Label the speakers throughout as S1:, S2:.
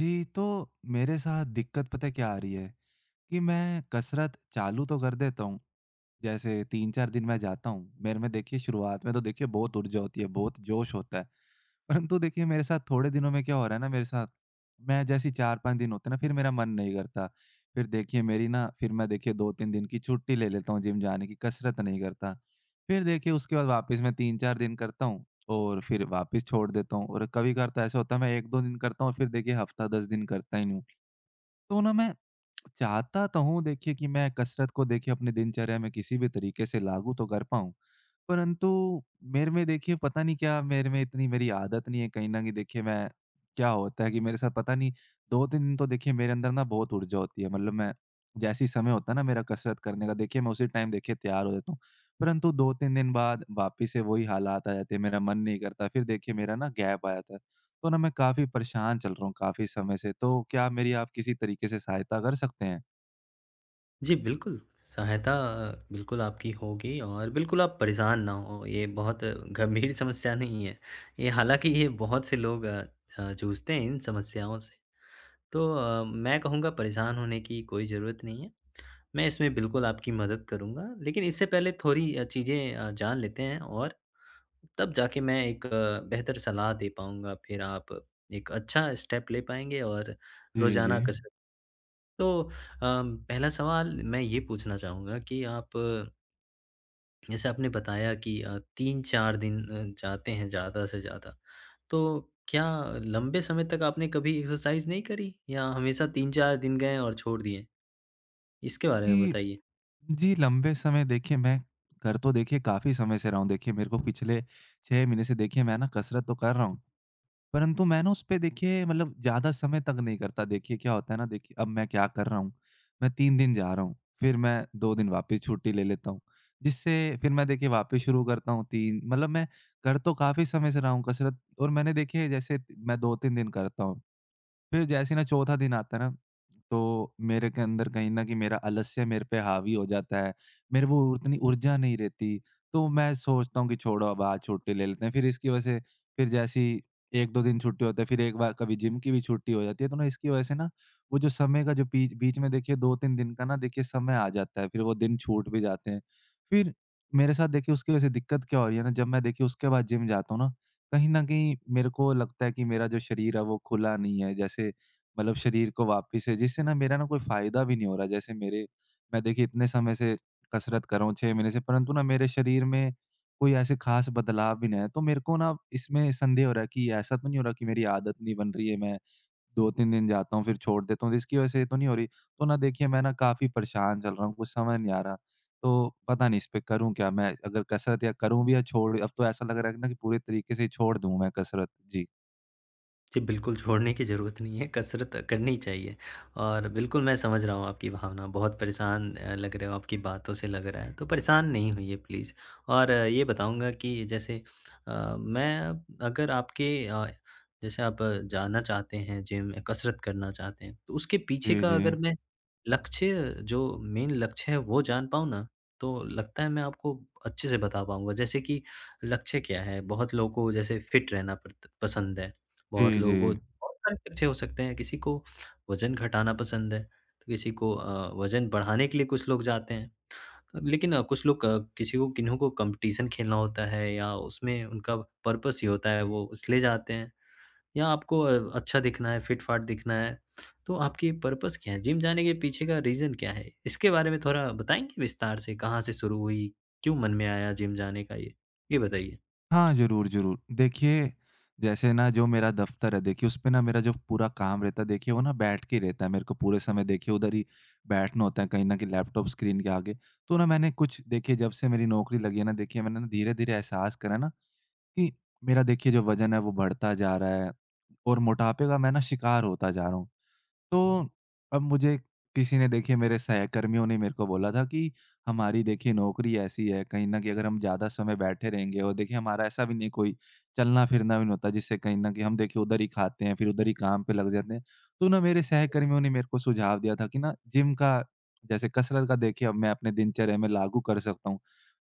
S1: जी, तो मेरे साथ दिक्कत पता है क्या आ रही है कि मैं कसरत चालू तो कर देता हूँ, जैसे 3-4 दिन मैं जाता हूँ, मेरे में देखिए शुरुआत में तो देखिए बहुत ऊर्जा होती है, बहुत जोश होता है। परंतु देखिए मेरे साथ थोड़े दिनों में क्या हो रहा है ना मेरे साथ, मैं जैसे ही 4-5 दिन होते हैं ना फिर मेरा मन नहीं करता। फिर देखिए मेरी ना फिर मैं देखिए 2-3 दिन की छुट्टी ले लेता हूँ जिम जाने की, कसरत नहीं करता। फिर देखिए उसके बाद वापस मैं 3-4 दिन करता हूँ और फिर वापस छोड़ देता हूँ, और कभी-कभार तो ऐसा होता है मैं 1-2 दिन करता हूँ और फिर देखिए हफ़्ता 10 दिन करता ही नहीं हूँ। तो ना मैं चाहता तो हूँ देखिए कि मैं कसरत को देखिए अपने दिनचर्या में किसी भी तरीके से लागू तो कर पाऊँ। परंतु मेरे में देखिए पता नहीं क्या, मेरे में इतनी मेरी आदत नहीं है कहीं न कहीं, देखिए मैं क्या होता है कि मेरे साथ पता नहीं, 2-3 दिन तो देखिए मेरे अंदर ना बहुत ऊर्जा होती है। मतलब मैं जैसे ही समय होता है ना मेरा कसरत करने का, देखिए मैं उसी टाइम देखिए तैयार हो जाता हूँ। परंतु 2-3 दिन बाद वापिस से वही हालात आ जाते हैं, मेरा मन नहीं करता, फिर देखिए मेरा ना गैप आ जाता है। तो ना मैं काफ़ी परेशान चल रहा हूँ काफ़ी समय से, तो क्या मेरी आप किसी तरीके से सहायता कर सकते हैं?
S2: जी, बिल्कुल, सहायता बिल्कुल आपकी होगी और बिल्कुल आप परेशान ना हों, ये बहुत गंभीर समस्या नहीं है। ये बहुत से लोग जूझते हैं इन समस्याओं से। तो मैं कहूँगा परेशान होने की कोई ज़रूरत नहीं है, मैं इसमें बिल्कुल आपकी मदद करूँगा। लेकिन इससे पहले थोड़ी चीज़ें जान लेते हैं और तब जाके मैं एक बेहतर सलाह दे पाऊँगा, फिर आप एक अच्छा स्टेप ले पाएँगे और
S1: जी, जी।
S2: रोज़ाना कसरत तो पहला सवाल मैं ये पूछना चाहूँगा कि आप जैसे आपने बताया कि 3-4 दिन जाते हैं ज़्यादा से ज़्यादा। तो क्या लंबे समय तक आपने कभी एक्सरसाइज़ नहीं करी या हमेशा 3-4 दिन गए और छोड़ दिए? इसके बारे में
S1: जी,
S2: बताइए।
S1: जी, लंबे समय देखिए मैं कर तो देखिए काफ़ी समय से रहा हूँ। देखिए मेरे को पिछले 6 महीने से देखिए मैं ना कसरत तो कर रहा हूँ। परंतु मैं ना उसपे देखिए मतलब ज़्यादा समय तक नहीं करता। देखिए क्या होता है ना, देखिए अब मैं क्या कर रहा हूँ, मैं 3 दिन जा रहा हूँ, फिर मैं 2 दिन वापस छुट्टी ले लेता हूँ। जिससे फिर मैं देखिए वापस शुरू करता हूँ 3, मतलब मैं कर तो काफ़ी समय से रहा हूँ कसरत, और मैंने देखिए जैसे मैं 2-3 दिन करता हूँ। फिर जैसे ही ना चौथा दिन आता है ना, तो मेरे के अंदर कहीं न कहीं मेरा आलस्य मेरे पे हावी हो जाता है। मेरे वो उतनी ऊर्जा नहीं रहती, तो मैं सोचता हूँ कि छोड़ो अब आज छुट्टी ले लेते हैं। फिर इसकी वजह से फिर जैसे ही 1-2 दिन छुट्टी होता है, फिर एक बार कभी जिम की भी छुट्टी हो जाती है, तो ना इसकी वजह से ना वो जो समय का जो बीच बीच में देखिए 2-3 दिन का ना देखिए समय आ जाता है, फिर वो दिन छूट भी जाते हैं। फिर मेरे साथ देखिए उसकी वजह से दिक्कत क्या हो रही है ना, जब मैं देखिए उसके बाद जिम जाता हूँ ना, कहीं न कहीं मेरे को लगता है कि मेरा जो शरीर है वो खुला नहीं है जैसे, मतलब शरीर को वापिस से जिससे ना मेरा ना कोई फ़ायदा भी नहीं हो रहा। जैसे मेरे मैं देखिए इतने समय से कसरत कर रहा हूँ 6 महीने से, परंतु ना मेरे शरीर में कोई ऐसे ख़ास बदलाव भी नहीं आया। तो मेरे को ना इसमें संदेह हो रहा है कि ऐसा तो नहीं हो रहा कि मेरी आदत नहीं बन रही है, मैं 2-3 दिन जाता हूँ, फिर छोड़ देता हूँ, तो इसकी वजह से ये तो नहीं हो रही? तो ना देखिए मैं ना काफ़ी परेशान चल रहा हूँ, कुछ समझ नहीं आ रहा। तो पता नहीं इस पे करूँ क्या? मैं अगर कसरत या करूँ भी या छोड़, अब तो ऐसा लग रहा है ना कि पूरे तरीके से ही छोड़ दूँ मैं कसरत। जी।
S2: जी, बिल्कुल छोड़ने की ज़रूरत नहीं है, कसरत करनी चाहिए और बिल्कुल मैं समझ रहा हूँ आपकी भावना, बहुत परेशान लग रहे हो, आपकी बातों से लग रहा है, तो परेशान नहीं होइए प्लीज़। और ये बताऊँगा कि जैसे मैं अगर आपके जैसे आप जाना चाहते हैं जिम, कसरत करना चाहते हैं, तो उसके पीछे
S1: जी,
S2: का
S1: जी।
S2: अगर मैं लक्ष्य जो मेन लक्ष्य है, वो जान पाऊँ ना, तो लगता है मैं आपको अच्छे से बता पाऊँगा। जैसे कि लक्ष्य क्या है, बहुत लोगों को जैसे फिट रहना पड़त पसंद है। बहुत
S1: जी,
S2: लोगों
S1: जी।
S2: को बहुत सारे किस्से हो सकते हैं, किसी को वज़न घटाना पसंद है, तो किसी को वज़न बढ़ाने के लिए कुछ लोग जाते हैं। लेकिन कुछ लोग किसी को किन्हीं को कॉम्पिटिशन खेलना होता है या उसमें उनका पर्पस ही होता है, वो इसलिए जाते हैं या आपको अच्छा दिखना है, फिट-फाट दिखना है। तो आपकी पर्पस क्या है? जिम जाने के पीछे का रीज़न क्या है? इसके बारे में थोड़ा बताएँगे विस्तार से, कहाँ से शुरू हुई? क्यों मन में आया जिम जाने का ये? ये बताइए।
S1: हाँ, ज़रूर, ज़रूर। देखिए, जैसे ना जो मेरा दफ़्तर है देखिए, उस पे ना मेरा जो पूरा काम रहता है देखिए, वो ना बैठ के ही रहता है। मेरे को पूरे समय देखिए उधर ही बैठना होता है कहीं न कहीं लैपटॉप स्क्रीन के आगे। तो ना मैंने कुछ देखिए जब से मेरी नौकरी लगी है ना, देखिए मैंने ना धीरे-धीरे एहसास करा ना कि मेरा देखिए जो वज़न है वो बढ़ता जा रहा है और मोटापे का मैं ना शिकार होता जा रहा हूँ। तो अब मुझे किसी ने देखिए मेरे सहकर्मियों ने मेरे को बोला था कि हमारी देखिए नौकरी ऐसी है कहीं न कहीं, अगर हम ज़्यादा समय बैठे रहेंगे और देखिए हमारा ऐसा भी नहीं, कोई चलना-फिरना भी नहीं होता, जिससे कहीं न कहीं हम देखिए उधर ही खाते हैं, फिर उधर ही काम पे लग जाते हैं। तो ना मेरे सहकर्मियों ने मेरे को सुझाव दिया था कि ना जिम का, जैसे कसरत का देखिए अब मैं अपने दिनचर्या में लागू कर सकता हूँ।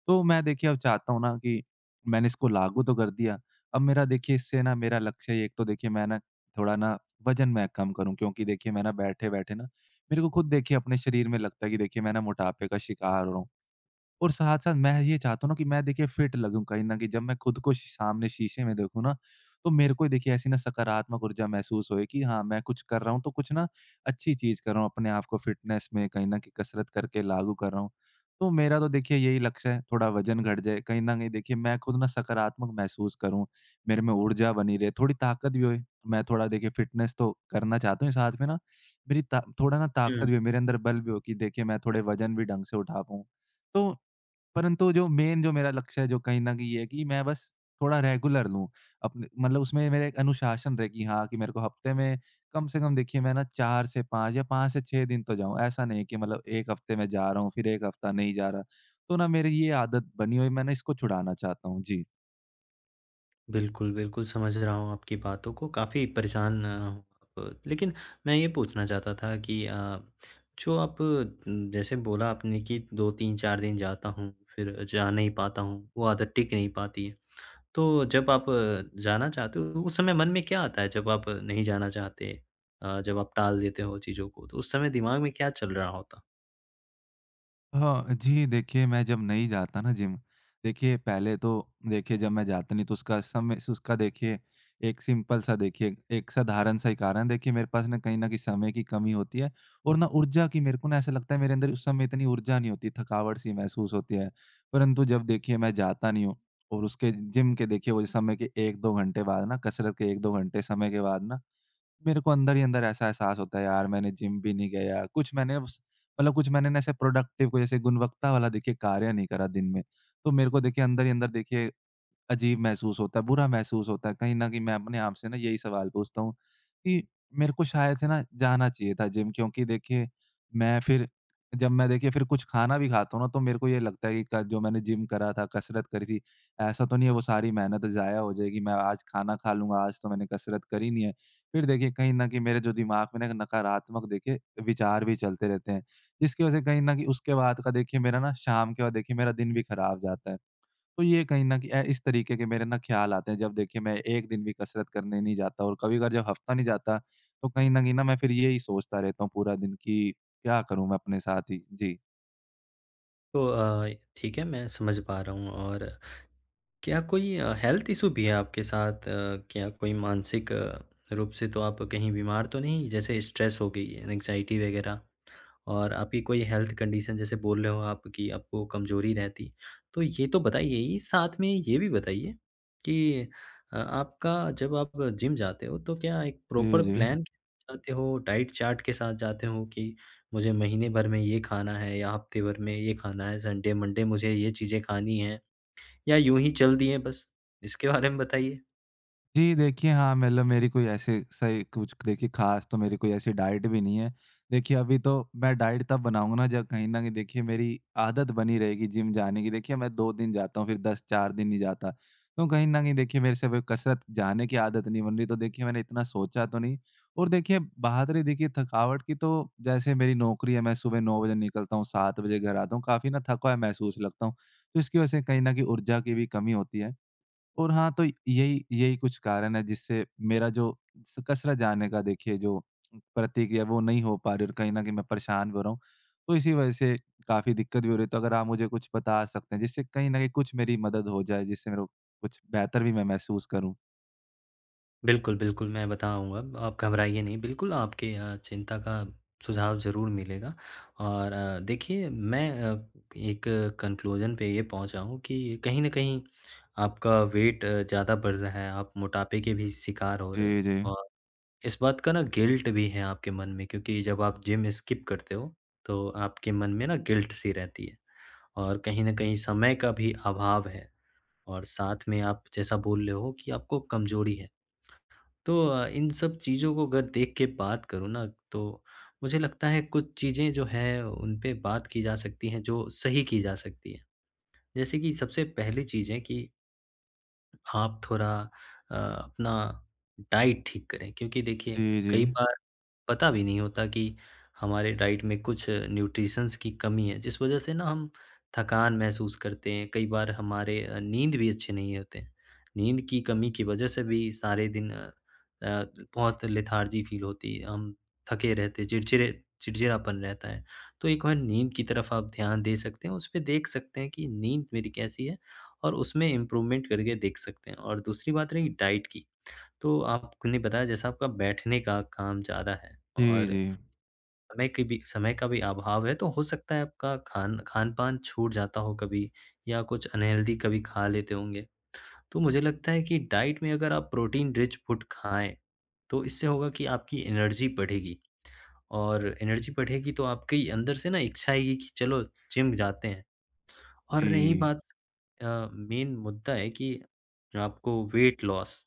S1: तो मैं देखिए अब चाहता हूँ ना कि मैंने इसको लागू तो कर दिया। अब मेरा देखिए इससे ना मेरा लक्ष्य एक तो देखिए मैं ना थोड़ा ना वज़न मैं कम करूँ, क्योंकि देखिए मैं ना बैठे-बैठे ना मेरे को खुद देखिए अपने शरीर में लगता है कि देखिए मैं ना मोटापे का शिकार हो रहा हूँ। और साथ-साथ मैं ये चाहता हूँ ना कि मैं देखिए फिट लगूँ कहीं न कहीं। जब मैं खुद को सामने शीशे में देखूँ ना, तो मेरे को देखिए ऐसी ना सकारात्मक ऊर्जा महसूस होए कि हाँ, मैं कुछ कर रहा हूँ तो कुछ ना अच्छी चीज़ कर रहा हूँ, अपने आप को फिटनेस में कहीं न कहीं कसरत करके लागू कर रहा हूँ। तो मेरा तो देखिए यही लक्ष्य है, थोड़ा वज़न घट जाए, कहीं न कहीं देखिए मैं खुद ना सकारात्मक महसूस करूँ, मेरे में ऊर्जा बनी रहे, थोड़ी ताकत भी होए। तो मैं थोड़ा देखिए फिटनेस तो करना चाहता हूँ, साथ में ना मेरी ता थोड़ा ना ताकत भी हो, मेरे अंदर बल भी हो कि देखिए मैं थोड़े वज़न भी ढंग से उठा पाऊँ। तो परंतु जो मेन जो मेरा लक्ष्य है, जो कहीं न कहीं ये है कि मैं बस थोड़ा रेगुलर लूँ। अपने मतलब उसमें मेरा एक अनुशासन रहे कि हाँ, कि मेरे को हफ़्ते में कम से कम देखिए मैं ना 4 से 5 या 5 से 6 दिन तो जाऊँ। ऐसा नहीं है कि मतलब 1 हफ़्ते मैं जा रहा हूँ, फिर 1 हफ़्ता नहीं जा रहा। तो ना मेरी ये आदत बनी हुई, मैंने इसको छुड़ाना चाहता हूँ। जी।
S2: बिल्कुल, बिल्कुल समझ रहा हूँ आपकी बातों को, काफ़ी परेशान हूँ आप लेकिन मैं ये पूछना चाहता था कि जो आप जैसे बोला आपने कि 2-3-4 दिन जाता हूँ, फिर जा नहीं पाता हूँ, वो आदत टिक नहीं पाती है। तो जब आप जाना चाहते हो, उस समय मन में क्या आता है जब आप नहीं जाना चाहते जब आप टाल देते हो चीज़ों को, तो उस समय दिमाग में क्या चल रहा होता?
S1: हाँ, जी देखिए, मैं जब नहीं जाता ना जिम, देखिए पहले तो देखिए जब मैं जाता नहीं तो उसका समय उसका देखिए एक सिंपल सा देखिए एक साधारण सा ही कारण, देखिए मेरे पास ना कहीं न कहीं समय की कमी होती है और ना ऊर्जा की, मेरे को ना ऐसा लगता है मेरे अंदर उस समय इतनी ऊर्जा नहीं होती, थकावट सी महसूस होती है। परंतु जब देखिए मैं जाता नहीं हूँ और उसके जिम के देखिए वो समय के 1-2 घंटे बाद ना कसरत के 1-2 घंटे समय के बाद ना मेरे को अंदर ही अंदर ऐसा एहसास होता है, यार मैंने जिम भी नहीं गया। कुछ मैंने उस, मतलब कुछ मैंने ना ऐसे प्रोडक्टिव को जैसे गुणवत्ता वाला देखिए कार्य नहीं करा दिन में। तो मेरे को देखिए अंदर ही अंदर देखिए अजीब महसूस होता है, बुरा महसूस होता है। कहीं न कहीं मैं अपने आप से ना यही सवाल पूछता हूँ कि मेरे को शायद से ना जाना चाहिए था जिम, क्योंकि देखिए मैं फिर जब मैं देखिए फिर कुछ खाना भी खाता हूँ ना, तो मेरे को ये लगता है कि क जो मैंने जिम करा था, कसरत करी थी, ऐसा तो नहीं है वो सारी मेहनत ज़ाया हो जाएगी। मैं आज खाना खा लूँगा, आज तो मैंने कसरत करी नहीं है। फिर देखिए कहीं न कहीं मेरे जो दिमाग में ना एक नकारात्मक देखिए विचार भी चलते रहते हैं, जिसकी वज़ह से कहीं न कहीं उसके बाद का देखिए मेरा ना शाम के बाद देखिए मेरा दिन भी खराब जाता है। तो ये कहीं न कहीं इस तरीके के मेरे ना ख्याल आते हैं जब देखिए मैं 1 दिन भी कसरत करने नहीं जाता और कभी-कभार जब हफ्ता नहीं जाता, तो कहीं न कहीं ना मैं फिर यही सोचता रहता हूँ पूरा दिन कि क्या करूँ मैं अपने साथ ही? जी।
S2: तो ठीक है मैं समझ पा रहा हूँ और क्या कोई हेल्थ इशू भी है आपके साथ? क्या कोई मानसिक रूप से तो आप कहीं बीमार तो नहीं? जैसे स्ट्रेस हो गई, एंग्ज़ायटी वग़ैरह और आपकी कोई हेल्थ कंडीशन जैसे बोल रहे हो आप कि आपको कमज़ोरी रहती। तो ये तो बताइए ही, साथ में ये भी बताइए कि आपका जब आप जिम जाते हो तो क्या एक
S1: जी,
S2: प्रॉपर
S1: जी।
S2: प्लान जाते हो, डाइट चार्ट के साथ जाते हो कि मुझे महीने भर में ये खाना है या हफ़्ते भर में ये खाना है, संडे, मंडे मुझे ये चीज़ें खानी हैं या यूँ ही चल दिए बस? इसके बारे में बताइए।
S1: जी, देखिए हाँ, मतलब मेरी कोई ऐसे सही कुछ देखिए ख़ास तो मेरी कोई ऐसी डाइट भी नहीं है। देखिए अभी तो मैं डाइट तब बनाऊँगा ना जब कहीं न कहीं देखिए मेरी आदत बनी रहेगी जिम जाने की। देखिए मैं 2 दिन जाता हूँ, फिर 10 4 दिन नहीं जाता। तो कहीं न कहीं देखिए मेरे से वो कसरत जाने की आदत नहीं बन रही, तो देखिए मैंने इतना सोचा तो नहीं। और देखिए बात रही देखिए थकावट की, तो जैसे मेरी नौकरी है, मैं सुबह 9 बजे निकलता हूँ, 7 बजे घर आता हूँ, काफ़ी ना थका हुआ महसूस लगता हूँ। तो इसकी वज़ह से कहीं न कहीं ऊर्जा की भी कमी होती है। और हाँ, तो यही यही कुछ कारण है जिससे मेरा जो स कसरत जाने का देखिए जो प्रतिक्रिया वो नहीं हो पा रही, और कहीं न कहीं मैं परेशान भी हो रहा हूँ। तो इसी वज़ह से काफ़ी दिक्कत भी हो रही है, तो अगर आप मुझे कुछ बता सकते हैं जिससे कहीं न कहीं कुछ मेरी मदद हो जाए, जिससे मेरे को कुछ बेहतर भी मैं महसूस करूँ?
S2: बिल्कुल, बिल्कुल, मैं बताऊँगा। आप घबराइए नहीं, बिल्कुल आपके चिंता का सुझाव ज़रूर मिलेगा और देखिए मैं एक कन्क्लूज़न पे ये पहुँचा हूँ कि कहीं न कहीं आपका वेट ज़्यादा बढ़ रहा है, आप मोटापे के भी शिकार हो रहे
S1: जी,
S2: हो
S1: जी।
S2: और इस बात का ना गिल्ट भी है आपके मन में क्योंकि जब आप जिम स्किप करते हो, तो आपके मन में ना गिल्ट सी रहती है और कहीं न कहीं समय का भी अभाव है। और साथ में आप जैसा बोल रहे हो कि आपको कमजोरी है। तो इन सब चीज़ों को अगर देख के बात करूँ ना तो मुझे लगता है कुछ चीज़ें जो हैं उन पे बात की जा सकती हैं जो सही की जा सकती है। जैसे कि सबसे पहली चीज़ है कि आप थोड़ा अपना डाइट ठीक करें क्योंकि देखिए
S1: जी, जी।
S2: कई बार पता भी नहीं होता कि हमारे डाइट में कुछ न्यूट्रिशंस की कमी है जिस वजह से ना हम थकान महसूस करते हैं कई बार हमारे नींद भी अच्छे नहीं होते हैं। नींद की कमी की वजह से भी सारे दिन अ, बहुत लेथार्जी फील होती है, हम थके रहते, चिड़चिड़े चिड़चिड़ापन रहता है। तो एक बार नींद की तरफ आप ध्यान दे सकते हैं, उस पे देख सकते हैं कि नींद मेरी कैसी है और उसमें इम्प्रूवमेंट करके देख सकते हैं। और दूसरी बात रही डाइट की, तो आपने बताया जैसा आपका बैठने का काम ज़्यादा है
S1: जी,
S2: और
S1: जी।
S2: समय का भी अभाव है, तो हो सकता है आपका खान-पान छूट जाता हो कभी या कुछ अनहेल्दी कभी खा लेते होंगे। तो मुझे लगता है कि डाइट में अगर आप प्रोटीन रिच फूड खाएँ, तो इससे होगा कि आपकी एनर्जी बढ़ेगी और एनर्जी बढ़ेगी तो आपके ही अंदर से ना इच्छा आएगी कि चलो जिम जाते हैं। और रही
S1: जी।
S2: बात अ, मेन मुद्दा है कि आपको वेट लॉस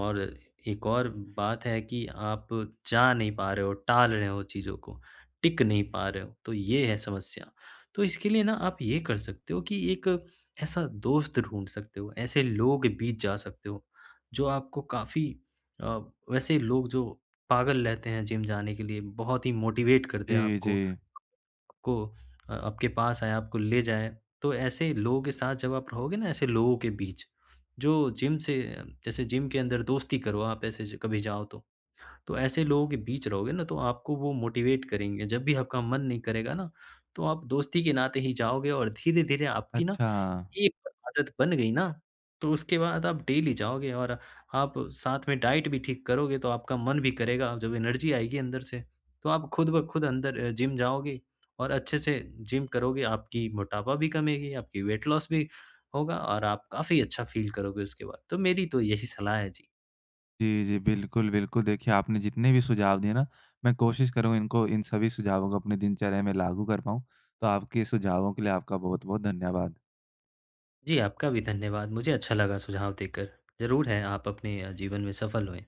S2: और एक और बात है कि आप जा नहीं पा रहे हो, टाल रहे हो चीज़ों को, टिक नहीं पा रहे हो, तो ये है समस्या। तो इसके लिए ना आप ये कर सकते हो कि एक ऐसा दोस्त ढूँढ सकते हो, ऐसे लोग बीच जा सकते हो, जो आपको काफ़ी अ, वैसे लोग जो पागल रहते हैं जिम जाने के लिए, बहुत ही मोटिवेट कर दें
S1: जी, जी।
S2: आपको आपको, आपके पास आए, आपको ले जाए। तो ऐसे लोगों के साथ जब आप रहोगे ना, ऐसे लोगों के बीच, जो जिम से जैसे जिम के अंदर दोस्ती करो आप ऐसे ज कभी जाओ तो। तो ऐसे लोगों के बीच रहोगे ना, तो आपको वो मोटिवेट करेंगे। जब भी आपका मन नहीं करेगा ना, तो आप दोस्ती के नाते ही जाओगे और धीरे-धीरे आपकी ना
S1: अच्छा।
S2: एक आदत बन गई ना, तो उसके बाद आप डेली जाओगे और आप साथ में डाइट भी ठीक करोगे, तो आपका मन भी करेगा, जब एनर्जी आएगी अंदर से, तो आप खुद ब खुद अंदर जिम जाओगे और अच्छे से जिम करोगे, आपकी मोटापा भी कमेगी, आपकी वेट लॉस भी होगा और आप काफ़ी अच्छा फ़ील करोगे उसके बाद। तो मेरी तो यही सलाह है जी।
S1: जी, जी। बिल्कुल, बिल्कुल। देखिए, आपने जितने भी सुझाव दिए ना, मैं कोशिश करूँ इनको, इन सभी सुझावों को अपनी दिनचर्या में लागू कर पाऊँ। तो आपके सुझावों के लिए आपका बहुत-बहुत धन्यवाद।
S2: जी, आपका भी धन्यवाद। मुझे अच्छा लगा सुझाव देकर। ज़रूर है, आप अपने जीवन में सफल हों।